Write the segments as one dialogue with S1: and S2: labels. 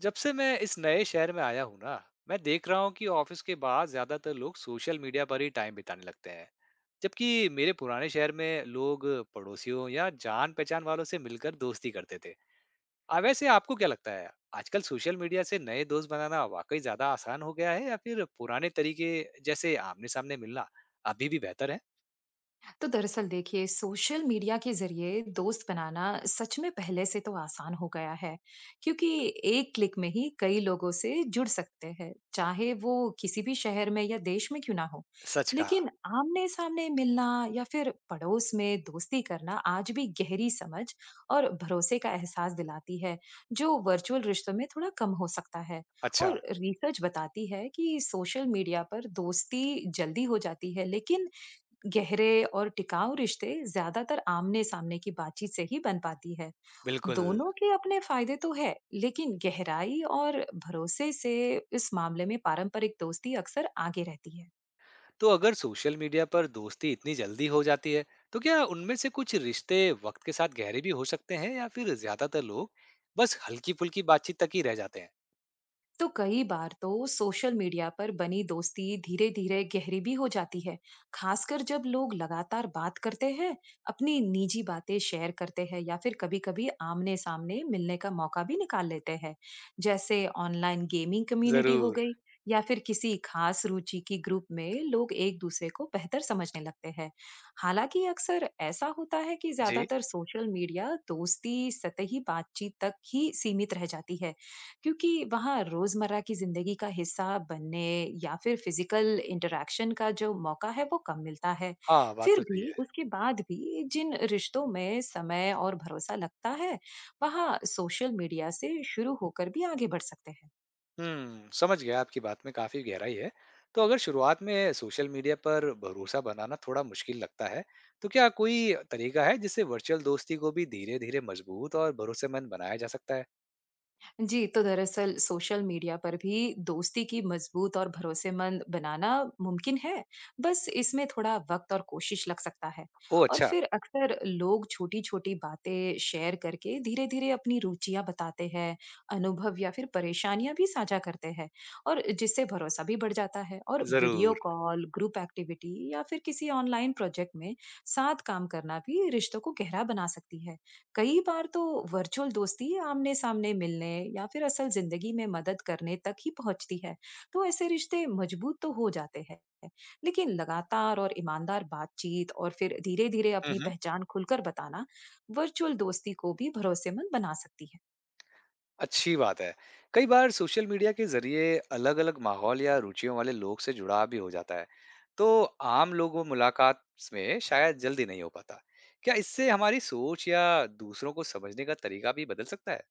S1: जब से मैं इस नए शहर में आया हूँ ना, मैं देख रहा हूँ कि ऑफिस के बाद ज्यादातर लोग सोशल मीडिया पर ही टाइम बिताने लगते हैं। जबकि मेरे पुराने शहर में लोग पड़ोसियों या जान पहचान वालों से मिलकर दोस्ती करते थे। आ वैसे आपको क्या लगता है, आजकल सोशल मीडिया से नए दोस्त बनाना वाकई ज्यादा आसान हो गया है या फिर पुराने तरीके, जैसे आमने सामने मिलना, अभी भी बेहतर है?
S2: तो दरअसल देखिए सोशल मीडिया के जरिए दोस्त बनाना सच में पहले से तो आसान हो गया है। क्योंकि एक क्लिक में ही कई लोगों से जुड़ सकते हैं, चाहे वो किसी भी शहर में या देश में क्यों ना हो।
S1: सच कहा।
S2: लेकिन आमने सामने मिलना या फिर पड़ोस में दोस्ती करना आज भी गहरी समझ और भरोसे का एहसास दिलाती है, जो वर्चुअल रिश्तों में थोड़ा कम हो सकता है।
S1: अच्छा।
S2: और रिसर्च बताती है कि सोशल मीडिया पर दोस्ती जल्दी हो जाती है, लेकिन गहरे और टिकाऊ रिश्ते ज्यादातर आमने-सामने की बातचीत से ही बन पाती है।
S1: बिल्कुल।
S2: दोनों के अपने फायदे तो है, लेकिन गहराई और भरोसे से इस मामले में पारंपरिक दोस्ती अक्सर आगे रहती है।
S1: तो अगर सोशल मीडिया पर दोस्ती इतनी जल्दी हो जाती है, तो क्या उनमें से कुछ रिश्ते वक्त के साथ गहरे भी हो सकते हैं या फिर ज्यादातर लोग बस हल्की फुल्की बातचीत तक ही रह जाते हैं?
S2: तो कई बार तो सोशल मीडिया पर बनी दोस्ती धीरे धीरे गहरी भी हो जाती है, खासकर जब लोग लगातार बात करते हैं, अपनी निजी बातें शेयर करते हैं या फिर कभी कभी आमने सामने मिलने का मौका भी निकाल लेते हैं। जैसे ऑनलाइन गेमिंग कम्युनिटी हो
S1: जरूर।
S2: गई या फिर किसी खास रुचि की ग्रुप में लोग एक दूसरे को बेहतर समझने लगते हैं। हालांकि अक्सर ऐसा होता है कि
S1: जी।
S2: ज्यादातर सोशल मीडिया दोस्ती सतही बातचीत तक ही सीमित रह जाती है, क्योंकि वहाँ रोजमर्रा की जिंदगी का हिस्सा बनने या फिर फिजिकल इंटरेक्शन का जो मौका है वो कम मिलता है।
S1: हाँ, बात
S2: फिर
S1: तो सही
S2: भी
S1: है।
S2: उसके बाद भी जिन रिश्तों में समय और भरोसा लगता है, वहाँ सोशल मीडिया से शुरू होकर भी आगे बढ़ सकते हैं।
S1: समझ गया, आपकी बात में काफी गहराई है। तो अगर शुरुआत में सोशल मीडिया पर भरोसा बनाना थोड़ा मुश्किल लगता है, तो क्या कोई तरीका है जिससे वर्चुअल दोस्ती को भी धीरे धीरे मजबूत और भरोसेमंद बनाया जा सकता है?
S2: जी, तो दरअसल सोशल मीडिया पर भी दोस्ती की मजबूत और भरोसेमंद बनाना मुमकिन है, बस इसमें थोड़ा वक्त और कोशिश लग सकता है।
S1: ओ
S2: और
S1: अच्छा।
S2: फिर अक्सर लोग छोटी-छोटी बातें शेयर करके धीरे-धीरे अपनी रुचियां बताते हैं, अनुभव या फिर परेशानियां भी साझा करते हैं, और जिससे भरोसा भी बढ़ जाता है। और वीडियो
S1: जरूर।
S2: कॉल, ग्रुप एक्टिविटी या फिर किसी ऑनलाइन प्रोजेक्ट में साथ काम करना भी रिश्तों को गहरा बना सकती है। कई बार तो वर्चुअल दोस्ती आमने-सामने मिलने या फिर असल जिंदगी में मदद करने तक ही पहुंचती है, तो ऐसे रिश्ते मजबूत तो हो जाते हैं। लेकिन लगातार और ईमानदार बातचीत और फिर धीरे-धीरे अपनी
S1: हम्म
S2: पहचान खुलकर बताना वर्चुअल दोस्ती को भी भरोसेमंद बना सकती है।
S1: अच्छी बात है। कई बार सोशल मीडिया के ज़रिए अलग-अलग माहौल या रुचियों वाले लोग से जुड़ाव भी हो जाता है। तो आम लोगों मुलाकात में शायद जल्दी नहीं हो पाता। क्या इससे हमारी सोच या दूसरों को समझने का तरीका भी बदल सकता है?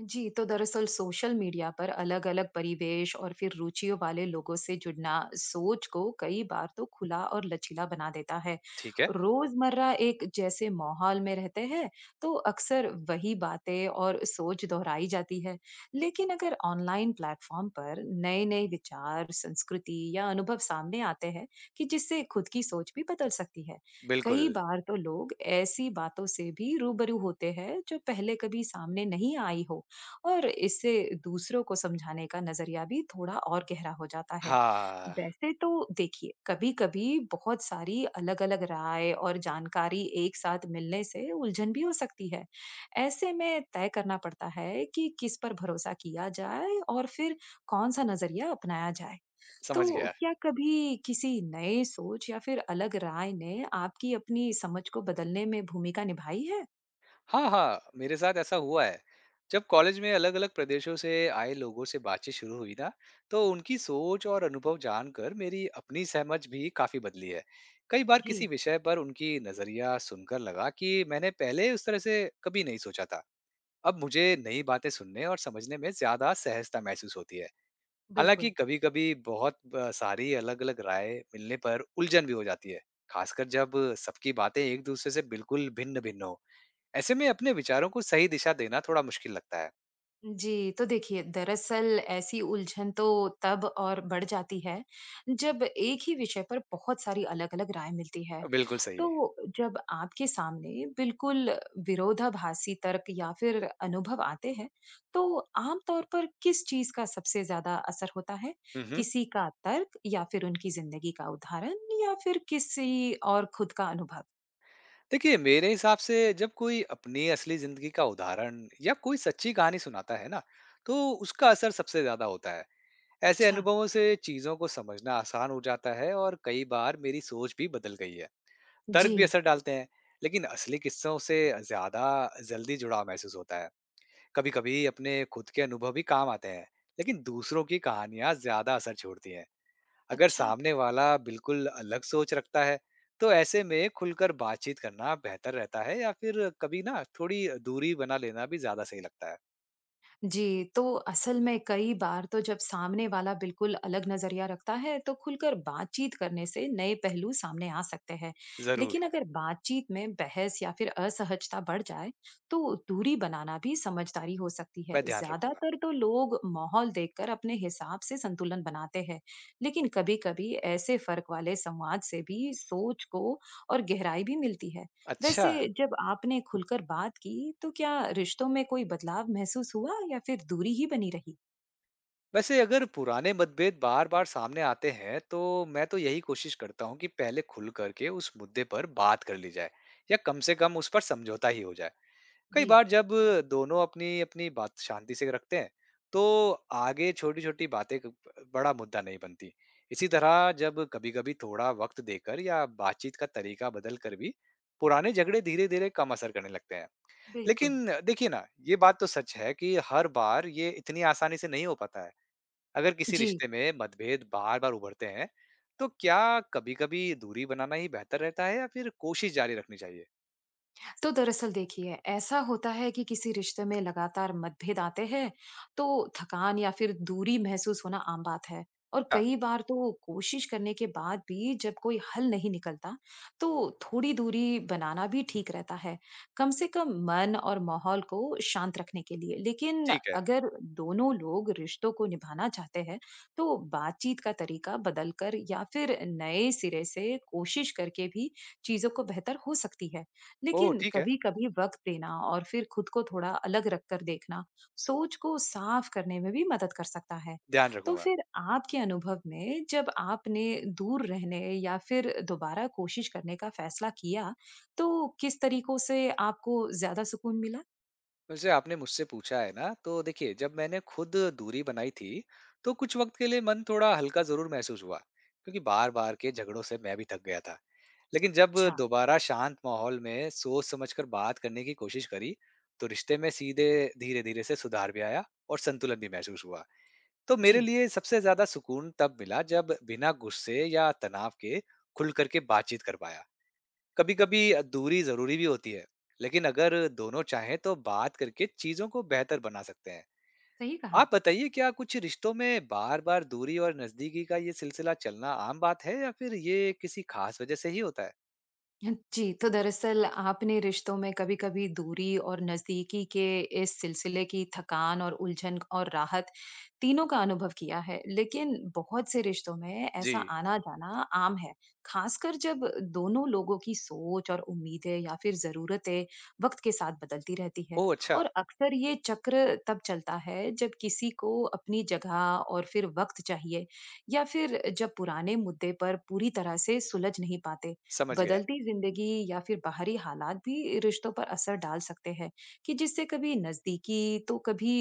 S2: जी, तो दरअसल सोशल मीडिया पर अलग-अलग परिवेश और फिर रुचियों वाले लोगों से जुड़ना सोच को कई बार तो खुला और लचीला बना देता है।
S1: ठीक है।
S2: रोज़मर्रा एक जैसे माहौल में रहते हैं, तो अक्सर वही बातें और सोच दोहराई जाती है। लेकिन अगर ऑनलाइन प्लेटफॉर्म पर नए-नए विचार, संस्कृति या अनुभव सामने आते हैं कि जिससे खुद की सोच भी बदल सकती है। कई
S1: बिल्कुल।
S2: बार तो लोग ऐसी बातों से भी रूबरू होते हैं, जो पहले कभी सामने नहीं आई हो। और इससे दूसरों को समझाने का नजरिया भी थोड़ा और गहरा हो जाता है।
S1: हाँ,
S2: वैसे तो देखिए कभी-कभी बहुत सारी अलग-अलग राय और जानकारी एक साथ मिलने से उलझन भी हो सकती है। ऐसे में तय करना पड़ता है कि किस पर भरोसा किया जाए और फिर कौन सा नजरिया अपनाया जाए।
S1: समझ
S2: तो
S1: गया।
S2: क्या कभी किसी नए सोच या फिर अलग राय ने आपकी अपनी समझ को बदलने में भूमिका निभाई है?
S1: हाँ, हाँ, मेरे साथ ऐसा हुआ है। जब कॉलेज में अलग-अलग प्रदेशों से आए लोगों से बातचीत शुरू हुई ना, तो उनकी सोच और अनुभव जानकर मेरी अपनी समझ भी काफ़ी बदली है। कई बार किसी
S2: जी।
S1: विषय पर उनकी नज़रिया सुनकर लगा कि मैंने पहले उस तरह से कभी नहीं सोचा था। अब मुझे नई बातें सुनने और समझने में ज़्यादा सहजता महसूस होती है। हालाँकि
S2: बिल्कुल।
S1: कभी-कभी बहुत ब सारी अलग-अलग राय मिलने पर उलझन भी हो जाती है, खासकर जब सबकी बातें एक-दूसरे से बिल्कुल भिन्न-भिन्न हों। ऐसे में अपने विचारों को सही दिशा देना थोड़ा मुश्किल लगता है।
S2: जी, तो देखिए दरअसल ऐसी उलझन तो तब और बढ़ जाती है जब एक ही विषय पर बहुत सारी अलग-अलग राय मिलती है।
S1: बिल्कुल
S2: तो
S1: सही।
S2: जब आपके सामने बिल्कुल विरोधाभासी तर्क या फिर अनुभव आते हैं, तो आम तौर पर किस चीज़ का सबसे ज़्यादा असर होता है?
S1: हम्म
S2: किसी का तर्क या फिर उनकी ज़िंदगी का उदाहरण या फिर किसी और खुद का अनुभव?
S1: देखिए, मेरे हिसाब से जब कोई अपनी असली जिंदगी का उदाहरण या कोई सच्ची कहानी सुनाता है ना, तो उसका असर सबसे ज्यादा होता है। ऐसे
S2: अच्छा।
S1: अनुभवों से चीजों को समझना आसान हो जाता है और कई बार मेरी सोच भी बदल गई है। तर्क
S2: जी,
S1: भी असर डालते हैं, लेकिन असली किस्सों से ज्यादा जल्दी जुड़ाव महसूस होता है। कभी कभी अपने खुद के अनुभव भी काम आते हैं, लेकिन दूसरों की कहानियां ज्यादा असर छोड़ती हैं। अगर
S2: अच्छा।
S1: सामने वाला बिल्कुल अलग सोच रखता है, तो ऐसे में खुलकर बातचीत करना बेहतर रहता है या फिर कभी ना थोड़ी दूरी बना लेना भी ज्यादा सही लगता है?
S2: जी, तो असल में कई बार तो जब सामने वाला बिल्कुल अलग नजरिया रखता है, तो खुलकर बातचीत करने से नए पहलू सामने आ सकते हैं।
S1: जरूर।
S2: लेकिन अगर बातचीत में बहस या फिर असहजता बढ़ जाए, तो दूरी बनाना भी समझदारी हो सकती है।
S1: मैं ध्यान रखूंगा।
S2: ज्यादातर तो लोग माहौल देखकर अपने हिसाब से संतुलन बनाते हैं, लेकिन कभी-कभी ऐसे फर्क वाले संवाद से भी सोच को और गहराई भी मिलती है।
S1: अच्छा।
S2: वैसे जब आपने खुलकर बात की तो क्या रिश्तों में कोई बदलाव महसूस हुआ या फिर दूरी ही बनी रही?
S1: वैसे अगर पुराने मतभेद बार बार सामने आते हैं, तो मैं तो यही कोशिश करता हूँ कि पहले खुल करके उस मुद्दे पर बात कर ली जाए, या कम से कम उस पर समझौता ही हो जाए। कई
S2: जी।
S1: बार जब दोनों अपनी अपनी बात शांति से रखते हैं, तो आगे छोटी छोटी बातें बड़ा मुद्दा नहीं बनती। इसी तरह जब कभी कभी थोड़ा वक्त देकर या बातचीत का तरीका बदल कर भी पुराने झगड़े धीरे धीरे कम असर करने लगते हैं।
S2: बिल्कुल।
S1: लेकिन देखिए ना, ये बात तो सच है कि हर बार ये इतनी आसानी से नहीं हो पाता है। अगर किसी
S2: जी,
S1: रिश्ते में मतभेद बार बार उभरते हैं, तो क्या कभी कभी दूरी बनाना ही बेहतर रहता है या फिर कोशिश जारी रखनी चाहिए?
S2: तो दरअसल देखिए ऐसा होता है कि किसी रिश्ते में लगातार मतभेद आते हैं, तो थकान या फिर दूरी महसूस होना आम बात है। और
S1: हाँ,
S2: कई बार तो कोशिश करने के बाद भी जब कोई हल नहीं निकलता, तो थोड़ी दूरी बनाना भी ठीक रहता है, कम से कम मन और माहौल को शांत रखने के लिए। लेकिन
S1: ठीक है।
S2: अगर दोनों लोग रिश्तों को निभाना चाहते हैं, तो बातचीत का तरीका बदलकर या फिर नए सिरे से कोशिश करके भी चीजों को बेहतर हो सकती है।
S1: ओह
S2: लेकिन
S1: ठीक है।
S2: कभी-कभी वक्त देना और फिर खुद को थोड़ा अलग रखकर देखना सोच को साफ करने में भी मदद कर सकता है।
S1: ध्यान
S2: तो
S1: रखूंगा।
S2: फिर आपके अनुभव में जब आपने दूर रहने या फिर दोबारा कोशिश करने का फैसला किया, तो किस तरीकों से आपको ज़्यादा सुकून मिला?
S1: वैसे आपने मुझसे पूछा है ना, तो देखिए, जब मैंने खुद दूरी बनाई थी, तो कुछ वक्त के लिए मन थोड़ा हल्का जरूर महसूस हुआ, क्योंकि बार बार के झगड़ों से मैं भी थक गया था। लेकिन जब
S2: अच्छा,
S1: दोबारा शांत माहौल में सोच समझकर बात करने की कोशिश करी, तो रिश्ते में सीधे धीरे धीरे से सुधार भी आया और संतुलन भी महसूस हुआ। तो मेरे
S2: जी,
S1: लिए सबसे ज्यादा सुकून तब मिला जब बिना गुस्से या तनाव के खुल करके बातचीत कर पाया। कभी कभी दूरी जरूरी भी होती है, लेकिन अगर दोनों चाहें तो बात करके चीजों को बेहतर बना सकते हैं।
S2: सही कहा।
S1: आप बताइए, क्या कुछ रिश्तों में बार बार दूरी और नजदीकी का ये सिलसिला चलना आम बात है या फिर ये किसी खास वजह से ही होता है?
S2: जी, तो दरअसल आपने रिश्तों में कभी-कभी दूरी और नज़दीकी के इस सिलसिले की थकान और उलझन और राहत तीनों का अनुभव किया है। लेकिन बहुत से रिश्तों में
S1: जी।
S2: ऐसा आना-जाना आम है, खासकर जब दोनों लोगों की सोच और उम्मीदें या फिर ज़रूरतें वक्त के साथ बदलती रहती है।
S1: ओह अच्छा।
S2: और अक्सर ये चक्र तब चलता है जब किसी को अपनी जगह और फिर वक्त चाहिए या फिर जब पुराने मुद्दे पर पूरी तरह से सुलझ नहीं पाते।
S1: समझ गया।
S2: बदलती जिंदगी या फिर बाहरी हालात भी रिश्तों पर असर डाल सकते हैं कि जिससे कभी नजदीकी तो कभी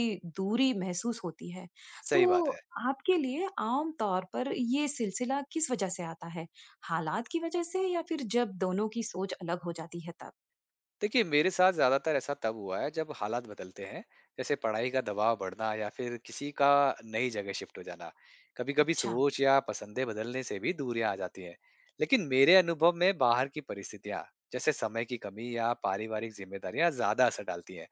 S2: दूरी महसूस होती है। तो
S1: सही बात है।
S2: आपके लिए आम तौर पर ये सिलसिला किस वजह से आता है? हालात की वजह से या फिर जब दोनों की सोच अलग हो जाती है तब?
S1: देखिए, मेरे साथ ज़्यादातर ऐसा तब हुआ है जब हालात बदलते हैं, जैसे पढ़ाई का दबाव बढ़ना या फिर किसी का नई जगह शिफ्ट हो जाना। कभी-कभी
S2: अच्छा।
S1: सोच या पसंदें बदलने से भी दूरियाँ आ जाती हैं। लेकिन मेरे अनुभव में बाहर की परिस्थितियाँ, जैसे समय की कमी या पारिवारिक जिम्मेदारियाँ, ज़्यादा असर डालती हैं।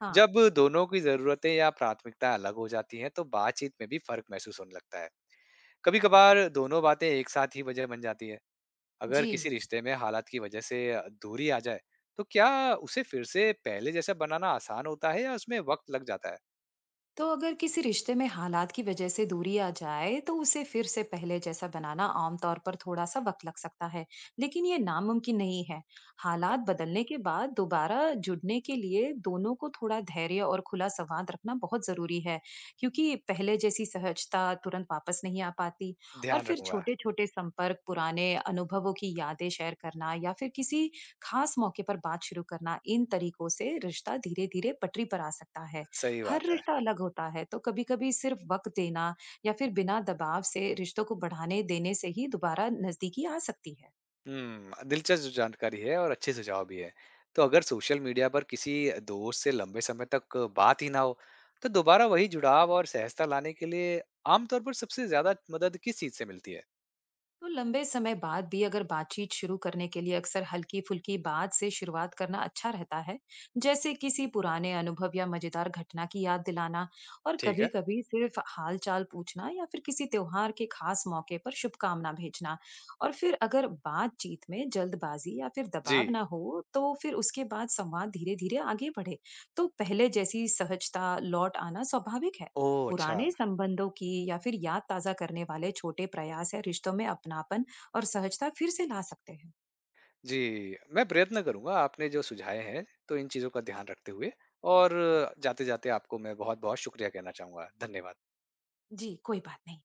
S2: हाँ।
S1: जब दोनों की ज़रूरतें या प्राथमिकता अलग हो जाती हैं, तो बातचीत में भी फ़र्क महसूस होने लगता है। कभी-कभार दोनों बातें एक साथ ही वजह बन जाती हैं। अगर
S2: जी,
S1: किसी रिश्ते में हालात की वजह से दूरी आ जाए, तो क्या उसे फिर से पहले जैसा बनाना आसान होता है या उसमें वक्त लग जाता है?
S2: तो अगर किसी रिश्ते में हालात की वजह से दूरी आ जाए तो उसे फिर से पहले जैसा बनाना आमतौर पर थोड़ा सा वक्त लग सकता है, लेकिन ये नामुमकिन नहीं है। हालात बदलने के बाद दोबारा जुड़ने के लिए दोनों को थोड़ा धैर्य और खुला संवाद रखना बहुत जरूरी है, क्योंकि पहले जैसी सहजता तुरंत वापस नहीं आ पाती। और
S1: ध्यान
S2: फिर
S1: रखूंगा।
S2: छोटे छोटे संपर्क, पुराने अनुभवों की यादें शेयर करना या फिर किसी खास मौके पर बात शुरू करना, इन तरीकों से रिश्ता धीरे धीरे पटरी पर आ सकता है।
S1: सही
S2: हर
S1: बात है।
S2: रिश्ता अलग होता है, तो कभी कभी सिर्फ वक्त देना या फिर बिना दबाव से रिश्तों को बढ़ाने देने से ही दोबारा नजदीकी आ सकती है।
S1: दिलचस्प जानकारी है और अच्छे सुझाव भी है। तो अगर सोशल मीडिया पर किसी दोस्त से लंबे समय तक बात ही ना हो, तो दोबारा वही जुड़ाव और सहजता लाने के लिए आमतौर पर सबसे ज्यादा मदद किस चीज से मिलती है?
S2: तो लंबे समय बाद भी अगर बातचीत शुरू करने के लिए अक्सर हल्की फुल्की बात से शुरुआत करना अच्छा रहता है, जैसे किसी पुराने अनुभव या मजेदार घटना की याद दिलाना। और
S1: ठीक
S2: कभी
S1: है।
S2: कभी सिर्फ हाल चाल पूछना या फिर किसी त्योहार के खास मौके पर शुभकामना भेजना। और फिर अगर बातचीत में जल्दबाजी या फिर
S1: जी।
S2: दबाव ना हो तो फिर उसके बाद संवाद धीरे धीरे आगे बढ़े, तो पहले जैसी सहजता लौट आना स्वाभाविक है।
S1: ओह अच्छा।
S2: पुराने संबंधों की या फिर याद ताजा करने वाले छोटे प्रयास या रिश्तों में अपनापन और सहजता फिर से ला सकते हैं।
S1: जी, मैं प्रयत्न करूँगा आपने जो सुझाए हैं, तो इन चीज़ों का ध्यान रखते हुए। और जाते-जाते आपको मैं बहुत-बहुत शुक्रिया कहना चाहूँगा। धन्यवाद।
S2: जी, कोई बात नहीं।